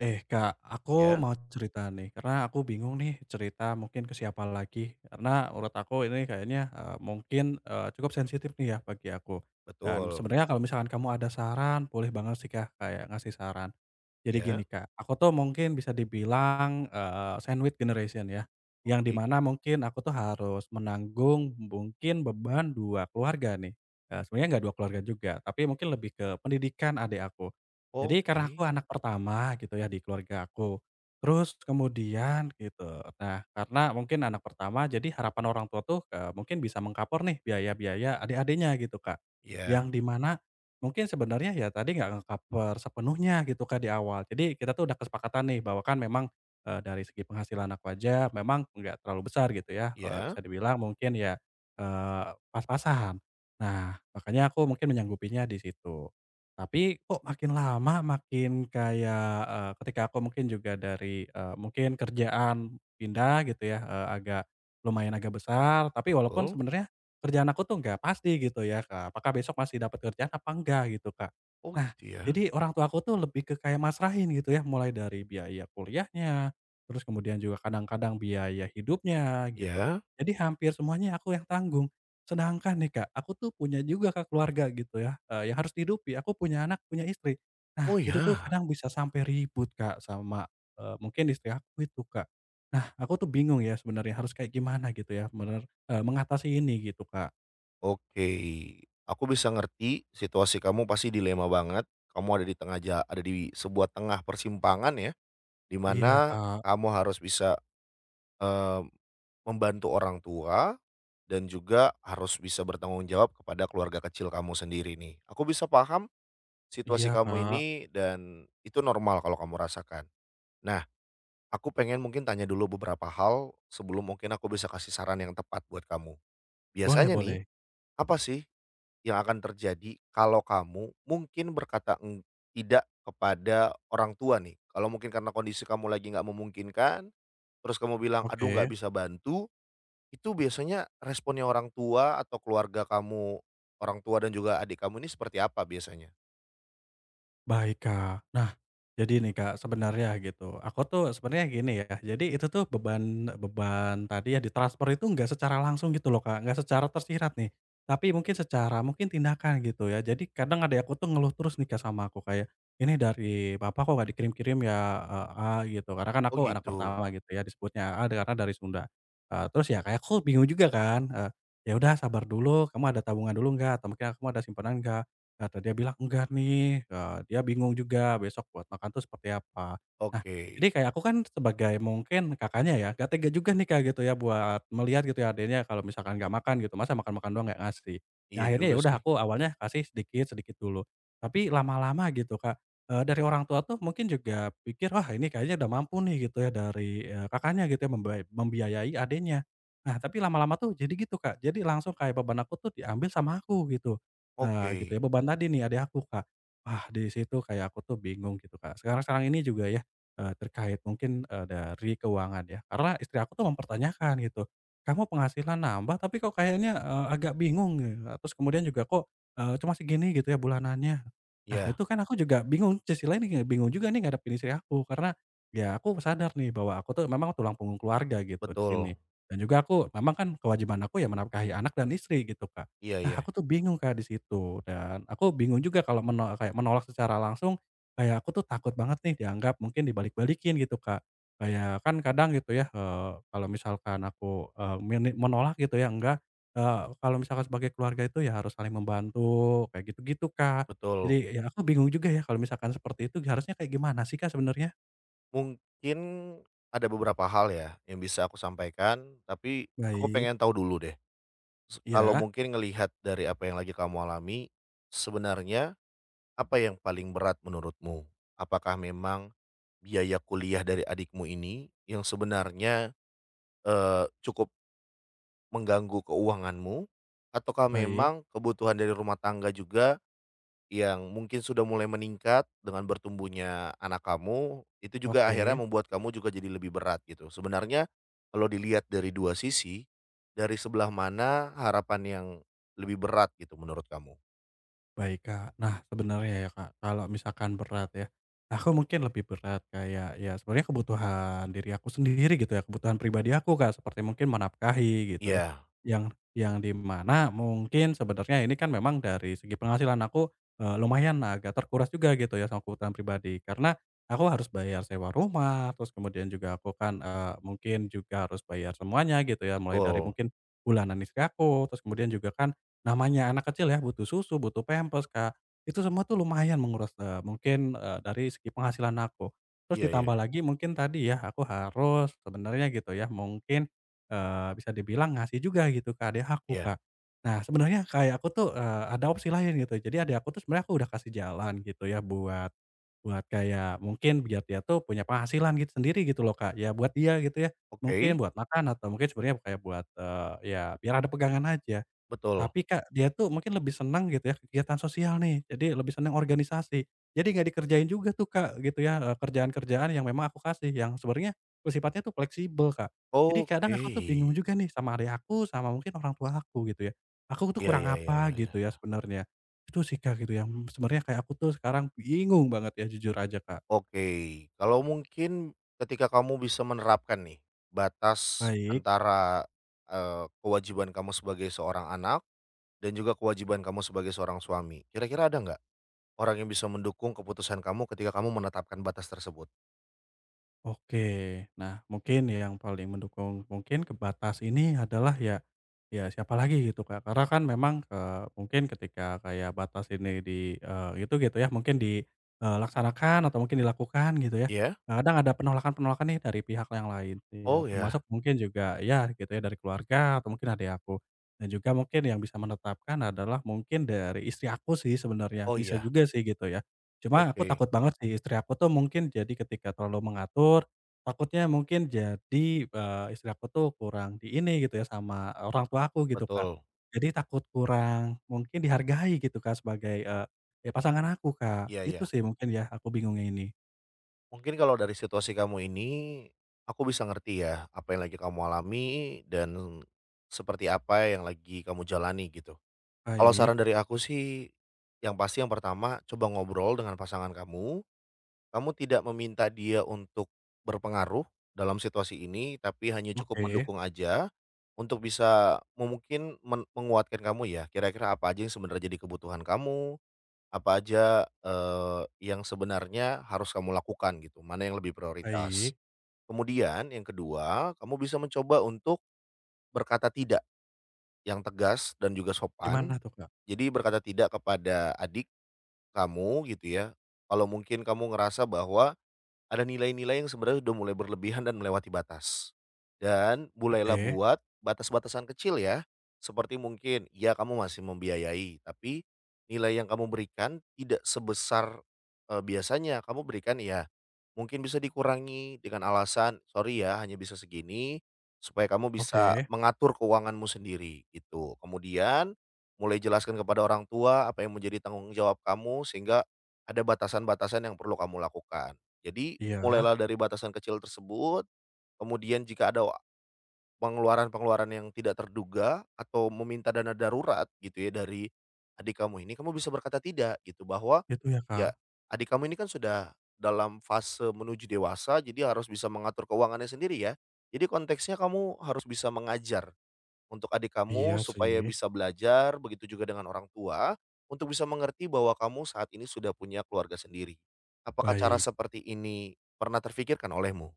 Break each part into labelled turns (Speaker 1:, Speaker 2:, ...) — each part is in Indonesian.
Speaker 1: Eh Kak, aku
Speaker 2: Ya,
Speaker 1: mau cerita nih, karena aku bingung nih cerita mungkin ke siapa lagi. Karena menurut aku ini kayaknya, mungkin, cukup sensitif nih ya bagi aku. Dan
Speaker 2: betul.
Speaker 1: sebenarnya kalau misalkan kamu ada saran, boleh banget sih Kak kayak ngasih saran. Jadi gini
Speaker 2: Ya,
Speaker 1: Kak, aku tuh mungkin bisa dibilang, sandwich generation ya, yang di
Speaker 2: oke gi
Speaker 1: mana mungkin aku tuh harus menanggung mungkin beban 2 keluarga nih. Eee, sebenarnya nggak 2 keluarga juga, tapi mungkin lebih ke pendidikan adik aku. Jadi
Speaker 2: oke.
Speaker 1: karena aku anak pertama gitu ya di keluarga aku. Terus kemudian gitu, nah karena mungkin anak pertama jadi harapan orang tua tuh, mungkin bisa mengkapor nih biaya-biaya adik-adiknya gitu, Kak.
Speaker 2: Ya,
Speaker 1: Yang di mana mungkin sebenarnya ya tadi nggak nge-cover sepenuhnya gitu, Kak, di awal. Jadi kita tuh udah kesepakatan nih bahwa kan memang, dari segi penghasilan aku aja memang nggak terlalu besar gitu ya, bisa
Speaker 2: ya,
Speaker 1: dibilang mungkin ya, eee, pas-pasan. Nah makanya aku mungkin menyanggupinya di situ. Tapi kok makin lama makin kayak, ketika aku mungkin juga dari, mungkin kerjaan pindah gitu ya, agak lumayan agak besar, tapi walaupun
Speaker 2: betul.
Speaker 1: sebenarnya kerjaan aku tuh nggak pasti gitu ya, Kak, apakah besok masih dapat kerjaan apa enggak gitu, Kak.
Speaker 2: Oh
Speaker 1: Nah,
Speaker 2: gitu ya?
Speaker 1: jadi orang tua aku tuh lebih ke kayak masrahin gitu ya, mulai dari biaya kuliahnya, terus kemudian juga kadang-kadang biaya hidupnya gitu.
Speaker 2: Ya.
Speaker 1: Jadi hampir semuanya aku yang tanggung. Sedangkan nih Kak, aku tuh punya juga Kak keluarga gitu ya, yang harus dihidupi, aku punya anak, punya istri. Nah,
Speaker 2: Oh
Speaker 1: itu tuh
Speaker 2: ya?
Speaker 1: kadang bisa sampai ribut Kak sama, mungkin istri aku itu Kak. Nah, aku tuh bingung ya sebenarnya harus kayak gimana gitu ya bener mengatasi ini gitu Kak.
Speaker 2: Oke, aku bisa ngerti situasi kamu pasti dilema banget, kamu ada di tengah ja ada di sebuah tengah persimpangan ya, di
Speaker 1: Iya
Speaker 2: mana
Speaker 1: Kak
Speaker 2: kamu harus bisa, eee, membantu orang tua dan juga harus bisa bertanggung jawab kepada keluarga kecil kamu sendiri nih. Aku bisa paham situasi
Speaker 1: iya
Speaker 2: kamu
Speaker 1: Kak.
Speaker 2: ini dan itu normal kalau kamu rasakan. Nah, aku pengen mungkin tanya dulu beberapa hal, sebelum mungkin aku bisa kasih saran yang tepat buat kamu.
Speaker 1: Boleh
Speaker 2: Biasanya nih,
Speaker 1: boleh.
Speaker 2: apa sih yang akan terjadi kalau kamu mungkin berkata eng tidak kepada orang tua nih? Kalau mungkin karena kondisi kamu lagi nggak memungkinkan, terus kamu bilang, "Aduh nggak
Speaker 1: Oke.
Speaker 2: bisa bantu," itu biasanya responnya orang tua atau keluarga kamu, orang tua dan juga adik kamu ini seperti apa biasanya?
Speaker 1: Baik, Kak. Nah, jadi nih, Kak, sebenarnya gitu, aku tuh sebenarnya gini ya, jadi itu tuh beban beban tadi ya ditransfer itu nggak secara langsung gitu loh, Kak, nggak secara tersirat nih, tapi mungkin secara mungkin tindakan gitu ya. Jadi kadang ada aku tuh ngeluh terus nih, Kak, sama aku kayak, "Ini dari papa kok nggak dikirim-kirim ya, A," gitu. Karena kan
Speaker 2: Oh
Speaker 1: aku anak
Speaker 2: gitu,
Speaker 1: pertama gitu ya disebutnya, A karena dari Sunda. Eee, terus ya kayak aku bingung juga kan, "Ya udah sabar dulu, kamu ada tabungan dulu nggak? Atau mungkin kamu ada simpanan nggak?" Kata dia bilang, "Enggak nih," dia bingung juga besok buat makan tuh seperti apa. Nah,
Speaker 2: oke.
Speaker 1: jadi kayak aku kan sebagai mungkin kakaknya ya, nggak tega juga nih Kak, gitu ya buat melihat gitu ya adiknya kalau misalkan nggak makan gitu, masa makan-makan doang nggak ngasih. Ya
Speaker 2: Iya
Speaker 1: akhirnya ya
Speaker 2: juga
Speaker 1: udah
Speaker 2: sih.
Speaker 1: aku awalnya kasih sedikit-sedikit dulu, tapi lama-lama gitu Kak, dari orang tua tuh mungkin juga pikir, "Wah ini kayaknya udah mampu nih," gitu ya dari, kakaknya gitu ya membiayai adiknya. Nah tapi lama-lama tuh jadi gitu Kak, jadi langsung kayak beban aku tuh diambil sama aku gitu. Eee, gitu ya,
Speaker 2: Oke,
Speaker 1: beban tadi nih adik aku, Kak. Wah, di situ kayak aku tuh bingung gitu, Kak. Sekarang-sekarang ini juga ya, terkait mungkin, dari keuangan ya, karena istri aku tuh mempertanyakan gitu, "Kamu penghasilan nambah tapi kok kayaknya, agak bingung," gitu. Terus kemudian juga, "Kok, cuma segini gitu ya bulanannya?" Nah,
Speaker 2: iya,
Speaker 1: itu kan aku juga bingung, di sisi lain juga bingung juga nih ngadepin istri aku, karena ya aku sadar nih bahwa aku tuh memang tulang punggung keluarga gitu di sini,
Speaker 2: betul.
Speaker 1: dan juga aku memang kan kewajiban aku ya menafkahi anak dan istri gitu, Kak.
Speaker 2: Iya
Speaker 1: Nah,
Speaker 2: iya,
Speaker 1: aku tuh bingung Kak di situ, dan aku bingung juga kalau kayak menolak secara langsung, kayak aku tuh takut banget nih dianggap mungkin dibalik-balikin gitu Kak. Kayak kan kadang gitu ya, kalau misalkan aku, menolak gitu ya, enggak, kalau misalkan sebagai keluarga itu ya harus saling membantu, kayak gitu-gitu Kak.
Speaker 2: betul.
Speaker 1: Jadi ya aku bingung juga ya kalau misalkan seperti itu harusnya kayak gimana sih Kak sebenarnya?
Speaker 2: Mungkin ada beberapa hal ya yang bisa aku sampaikan, tapi aku
Speaker 1: Baik,
Speaker 2: pengen tahu dulu deh, kalau
Speaker 1: ya
Speaker 2: mungkin ngelihat dari apa yang lagi kamu alami, sebenarnya apa yang paling berat menurutmu? Apakah memang biaya kuliah dari adikmu ini yang sebenarnya, cukup mengganggu keuanganmu? Ataukah
Speaker 1: baik.
Speaker 2: memang kebutuhan dari rumah tangga juga yang mungkin sudah mulai meningkat dengan bertumbuhnya anak kamu, itu juga akhirnya
Speaker 1: Oke.
Speaker 2: membuat kamu juga jadi lebih berat gitu. Sebenarnya kalau dilihat dari 2 sisi, dari sebelah mana harapan yang lebih berat gitu menurut kamu?
Speaker 1: Baik, Kak. Nah, sebenarnya ya, Kak, kalau misalkan berat ya, aku mungkin lebih berat kayak ya sebenarnya kebutuhan diri aku sendiri gitu ya, kebutuhan pribadi aku, Kak, seperti mungkin menafkahi gitu ya.
Speaker 2: Iya,
Speaker 1: Yang di mana mungkin sebenarnya ini kan memang dari segi penghasilan aku, lumayan agak terkuras juga gitu ya sama kebutuhan pribadi. Karena aku harus bayar sewa rumah, terus kemudian juga aku kan, mungkin juga harus bayar semuanya gitu ya, mulai dari
Speaker 2: betul.
Speaker 1: mungkin bulanan istri aku, terus kemudian juga kan Namanya anak kecil ya, butuh susu, butuh pampers, Kak. Itu semua tuh lumayan menguras, mungkin, dari segi penghasilan aku. Terus
Speaker 2: Iya iya
Speaker 1: ditambah
Speaker 2: iya.
Speaker 1: lagi mungkin tadi ya, aku harus sebenarnya gitu ya, mungkin, bisa dibilang ngasih juga gitu ke adik aku,
Speaker 2: Iya,
Speaker 1: Kak. Nah, sebenarnya kayak aku tuh, ada opsi lain gitu. Jadi adik aku tuh sebenarnya aku udah kasih jalan gitu ya, buat buat kayak mungkin biar dia tuh punya penghasilan gitu sendiri gitu loh, Kak. Ya buat dia gitu ya, mungkin
Speaker 2: oke,
Speaker 1: buat makan atau mungkin sebenarnya kayak buat, ya biar ada pegangan aja.
Speaker 2: betul.
Speaker 1: Tapi Kak, dia tuh mungkin lebih senang gitu ya kegiatan sosial nih, jadi lebih senang organisasi. Jadi nggak dikerjain juga tuh Kak, gitu ya, kerjaan-kerjaan yang memang aku kasih, yang sebenarnya bersifatnya tuh fleksibel Kak. Jadi kadang
Speaker 2: Oke.
Speaker 1: aku tuh bingung juga nih sama adik aku, sama mungkin orang tua aku gitu ya. Aku tuh
Speaker 2: Iya
Speaker 1: kurang
Speaker 2: iya iya
Speaker 1: apa
Speaker 2: iya iya
Speaker 1: gitu ya
Speaker 2: iya.
Speaker 1: sebenarnya. Itu sih Kak gitu yang sebenarnya kayak aku tuh sekarang bingung banget ya jujur aja Kak.
Speaker 2: Oke, kalau mungkin ketika kamu bisa menerapkan nih batas
Speaker 1: Baik.
Speaker 2: antara, kewajiban kamu sebagai seorang anak dan juga kewajiban kamu sebagai seorang suami. Kira-kira ada nggak orang yang bisa mendukung keputusan kamu ketika kamu menetapkan batas tersebut?
Speaker 1: Oke. Nah, mungkin yang paling mendukung mungkin ke batas ini adalah ya ya siapa lagi gitu, Kak. Karena kan memang, mungkin ketika kayak batas ini di, itu gitu ya, mungkin dilaksanakan atau mungkin dilakukan gitu ya,
Speaker 2: Iya?
Speaker 1: Nah, kadang ada penolakan-penolakan nih dari pihak yang lain, ya
Speaker 2: Oh ya,
Speaker 1: Termasuk mungkin juga ya gitu ya dari keluarga atau mungkin adik aku. Dan juga mungkin yang bisa menetapkan adalah mungkin dari istri aku sih sebenarnya,
Speaker 2: oh
Speaker 1: bisa
Speaker 2: ya,
Speaker 1: juga sih gitu ya. Cuma aku
Speaker 2: oke,
Speaker 1: takut banget sih istri aku tuh mungkin jadi ketika terlalu mengatur, takutnya mungkin jadi, istri aku tuh kurang di ini gitu ya sama orang tua aku gitu, Kak.
Speaker 2: betul,
Speaker 1: Jadi takut kurang mungkin dihargai gitu, Kak, sebagai, ya pasangan aku, Kak.
Speaker 2: iya
Speaker 1: Itu
Speaker 2: iya.
Speaker 1: sih mungkin ya aku bingungnya ini.
Speaker 2: Mungkin kalau dari situasi kamu ini, aku bisa ngerti ya apa yang lagi kamu alami dan seperti apa yang lagi kamu jalani gitu. Kalau
Speaker 1: Baik,
Speaker 2: saran dari aku sih, yang pasti yang pertama coba ngobrol dengan pasangan kamu. Kamu tidak meminta dia untuk berpengaruh dalam situasi ini, tapi hanya cukup
Speaker 1: oke,
Speaker 2: mendukung aja untuk bisa me mungkin men menguatkan kamu ya. Kira-kira apa aja yang sebenarnya jadi kebutuhan kamu, apa aja, yang sebenarnya harus kamu lakukan gitu, mana yang lebih prioritas.
Speaker 1: baik.
Speaker 2: Kemudian yang kedua, kamu bisa mencoba untuk berkata tidak yang tegas dan juga sopan.
Speaker 1: Gimana tuh, Kak?
Speaker 2: Jadi berkata tidak kepada adik kamu gitu ya, kalau mungkin kamu ngerasa bahwa ada nilai-nilai yang sebenarnya udah mulai berlebihan dan melewati batas. Dan mulailah
Speaker 1: Oke,
Speaker 2: buat batas-batasan kecil ya, seperti mungkin ya kamu masih membiayai, tapi nilai yang kamu berikan tidak sebesar, biasanya kamu berikan ya mungkin bisa dikurangi dengan alasan, "Sorry ya hanya bisa segini," supaya kamu bisa
Speaker 1: oke.
Speaker 2: mengatur keuanganmu sendiri gitu. Kemudian mulai jelaskan kepada orang tua apa yang menjadi tanggung jawab kamu sehingga ada batasan-batasan yang perlu kamu lakukan. Jadi
Speaker 1: Iya,
Speaker 2: mulailah dari batasan kecil tersebut, kemudian jika ada pengeluaran-pengeluaran yang tidak terduga atau meminta dana darurat gitu ya dari adik kamu ini, kamu bisa berkata tidak gitu, bahwa
Speaker 1: gitu ya,
Speaker 2: ya
Speaker 1: Kak?
Speaker 2: adik kamu ini kan sudah dalam fase menuju dewasa, jadi harus bisa mengatur keuangannya sendiri ya. Jadi konteksnya kamu harus bisa mengajar untuk adik kamu
Speaker 1: Iya
Speaker 2: supaya
Speaker 1: sih.
Speaker 2: bisa belajar, begitu juga dengan orang tua, untuk bisa mengerti bahwa kamu saat ini sudah punya keluarga sendiri. Apakah cara
Speaker 1: Baik.
Speaker 2: seperti ini pernah terfikirkan olehmu?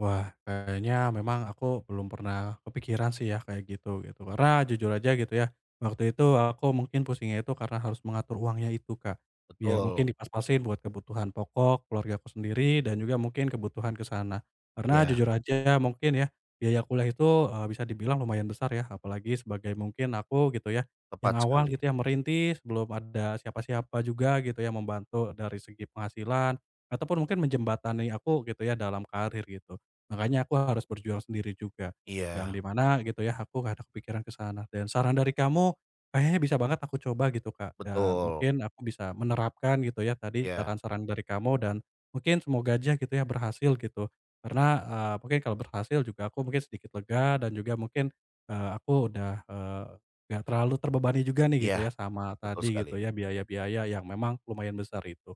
Speaker 1: Wah, kayaknya memang aku belum pernah kepikiran sih ya kayak gitu, gitu. Karena jujur aja gitu ya, waktu itu aku mungkin pusingnya itu karena harus mengatur uangnya itu, Kak. Biar mungkin
Speaker 2: Betul,
Speaker 1: dipas-pasin buat kebutuhan pokok keluarga aku sendiri dan juga mungkin kebutuhan ke sana. Karena
Speaker 2: iya,
Speaker 1: jujur aja mungkin ya, biaya kuliah itu, bisa dibilang lumayan besar ya, apalagi sebagai mungkin aku gitu ya, yang
Speaker 2: tepat
Speaker 1: awal
Speaker 2: sekali.
Speaker 1: gitu ya merintis, belum ada siapa-siapa juga gitu ya membantu dari segi penghasilan, ataupun mungkin menjembatani aku gitu ya dalam karir gitu. Makanya aku harus berjuang sendiri juga, yang
Speaker 2: Iya,
Speaker 1: di mana gitu ya, aku nggak ada kepikiran ke sana, dan saran dari kamu kayaknya bisa banget aku coba gitu, Kak, dan
Speaker 2: betul,
Speaker 1: mungkin aku bisa menerapkan gitu ya tadi
Speaker 2: iya,
Speaker 1: saran-saran dari kamu dan mungkin semoga aja gitu ya berhasil gitu. Karena, mungkin kalau berhasil juga aku mungkin sedikit lega dan juga mungkin, aku udah, nggak terlalu terbebani juga nih gitu
Speaker 2: iya,
Speaker 1: ya sama
Speaker 2: betul
Speaker 1: tadi gitu
Speaker 2: sekali.
Speaker 1: ya biaya-biaya yang memang lumayan besar itu.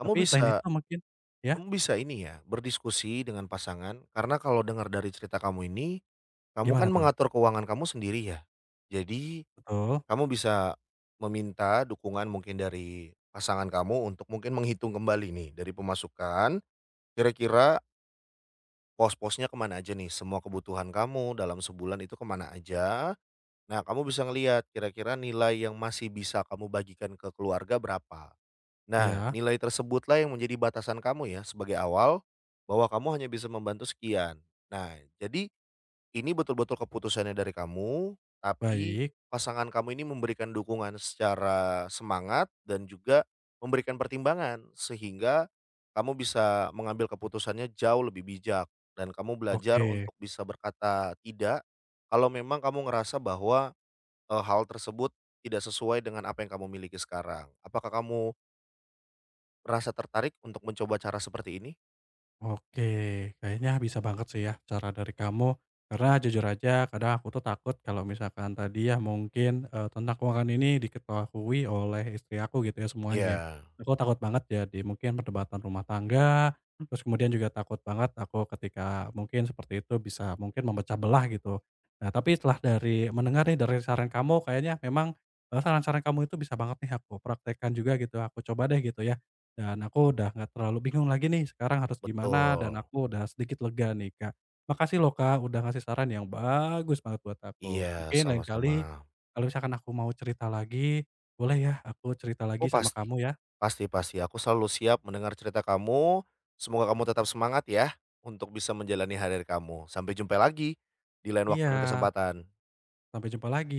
Speaker 2: Kamu
Speaker 1: Tapi selain itu
Speaker 2: bisa
Speaker 1: mungkin ya?
Speaker 2: kamu bisa ini ya, berdiskusi dengan pasangan, karena kalau dengar dari cerita kamu ini, kamu kan
Speaker 1: Gimana tuh?
Speaker 2: mengatur keuangan kamu sendiri ya. Jadi
Speaker 1: Betul,
Speaker 2: kamu bisa meminta dukungan mungkin dari pasangan kamu untuk mungkin menghitung kembali nih dari pemasukan, kira-kira pos-posnya kemana aja nih, semua kebutuhan kamu dalam sebulan itu kemana aja. Nah, kamu bisa ngelihat kira-kira nilai yang masih bisa kamu bagikan ke keluarga berapa. Nah,
Speaker 1: iya.
Speaker 2: nilai tersebutlah yang menjadi batasan kamu ya sebagai awal bahwa kamu hanya bisa membantu sekian. Nah, jadi ini betul-betul keputusannya dari kamu, tapi
Speaker 1: Baik,
Speaker 2: pasangan kamu ini memberikan dukungan secara semangat dan juga memberikan pertimbangan, sehingga kamu bisa mengambil keputusannya jauh lebih bijak dan kamu belajar
Speaker 1: oke
Speaker 2: untuk bisa berkata tidak kalau memang kamu ngerasa bahwa, hal tersebut tidak sesuai dengan apa yang kamu miliki sekarang. Apakah kamu merasa tertarik untuk mencoba cara seperti ini?
Speaker 1: oke. Kayaknya bisa banget sih ya cara dari kamu, karena jujur aja kadang aku tuh takut kalau misalkan tadi ya mungkin, tentang keuangan ini diketahui oleh istri aku gitu ya semuanya.
Speaker 2: Iya,
Speaker 1: Aku takut banget jadi mungkin perdebatan rumah tangga, terus kemudian juga takut banget aku ketika mungkin seperti itu bisa mungkin memecah belah gitu. Nah tapi setelah dari mendengar nih dari saran kamu kayaknya memang, saran-saran kamu itu bisa banget nih aku praktekkan juga gitu, aku coba deh gitu ya. Dan aku udah nggak terlalu bingung lagi nih sekarang harus gimana dan
Speaker 2: betul.
Speaker 1: aku udah sedikit lega nih, Kak. Makasih loh, Kak, udah ngasih saran yang bagus banget buat aku.
Speaker 2: Iya,
Speaker 1: Mungkin lain
Speaker 2: sama-sama.
Speaker 1: kali kalau misalkan aku mau cerita lagi, boleh ya aku cerita lagi
Speaker 2: Oh
Speaker 1: sama
Speaker 2: pasti.
Speaker 1: kamu ya?
Speaker 2: Pasti pasti, aku selalu siap mendengar cerita kamu, semoga kamu tetap semangat ya, untuk bisa menjalani hari kamu. Sampai jumpa lagi, di lain
Speaker 1: Iya,
Speaker 2: waktu dan kesempatan.
Speaker 1: sampai jumpa lagi.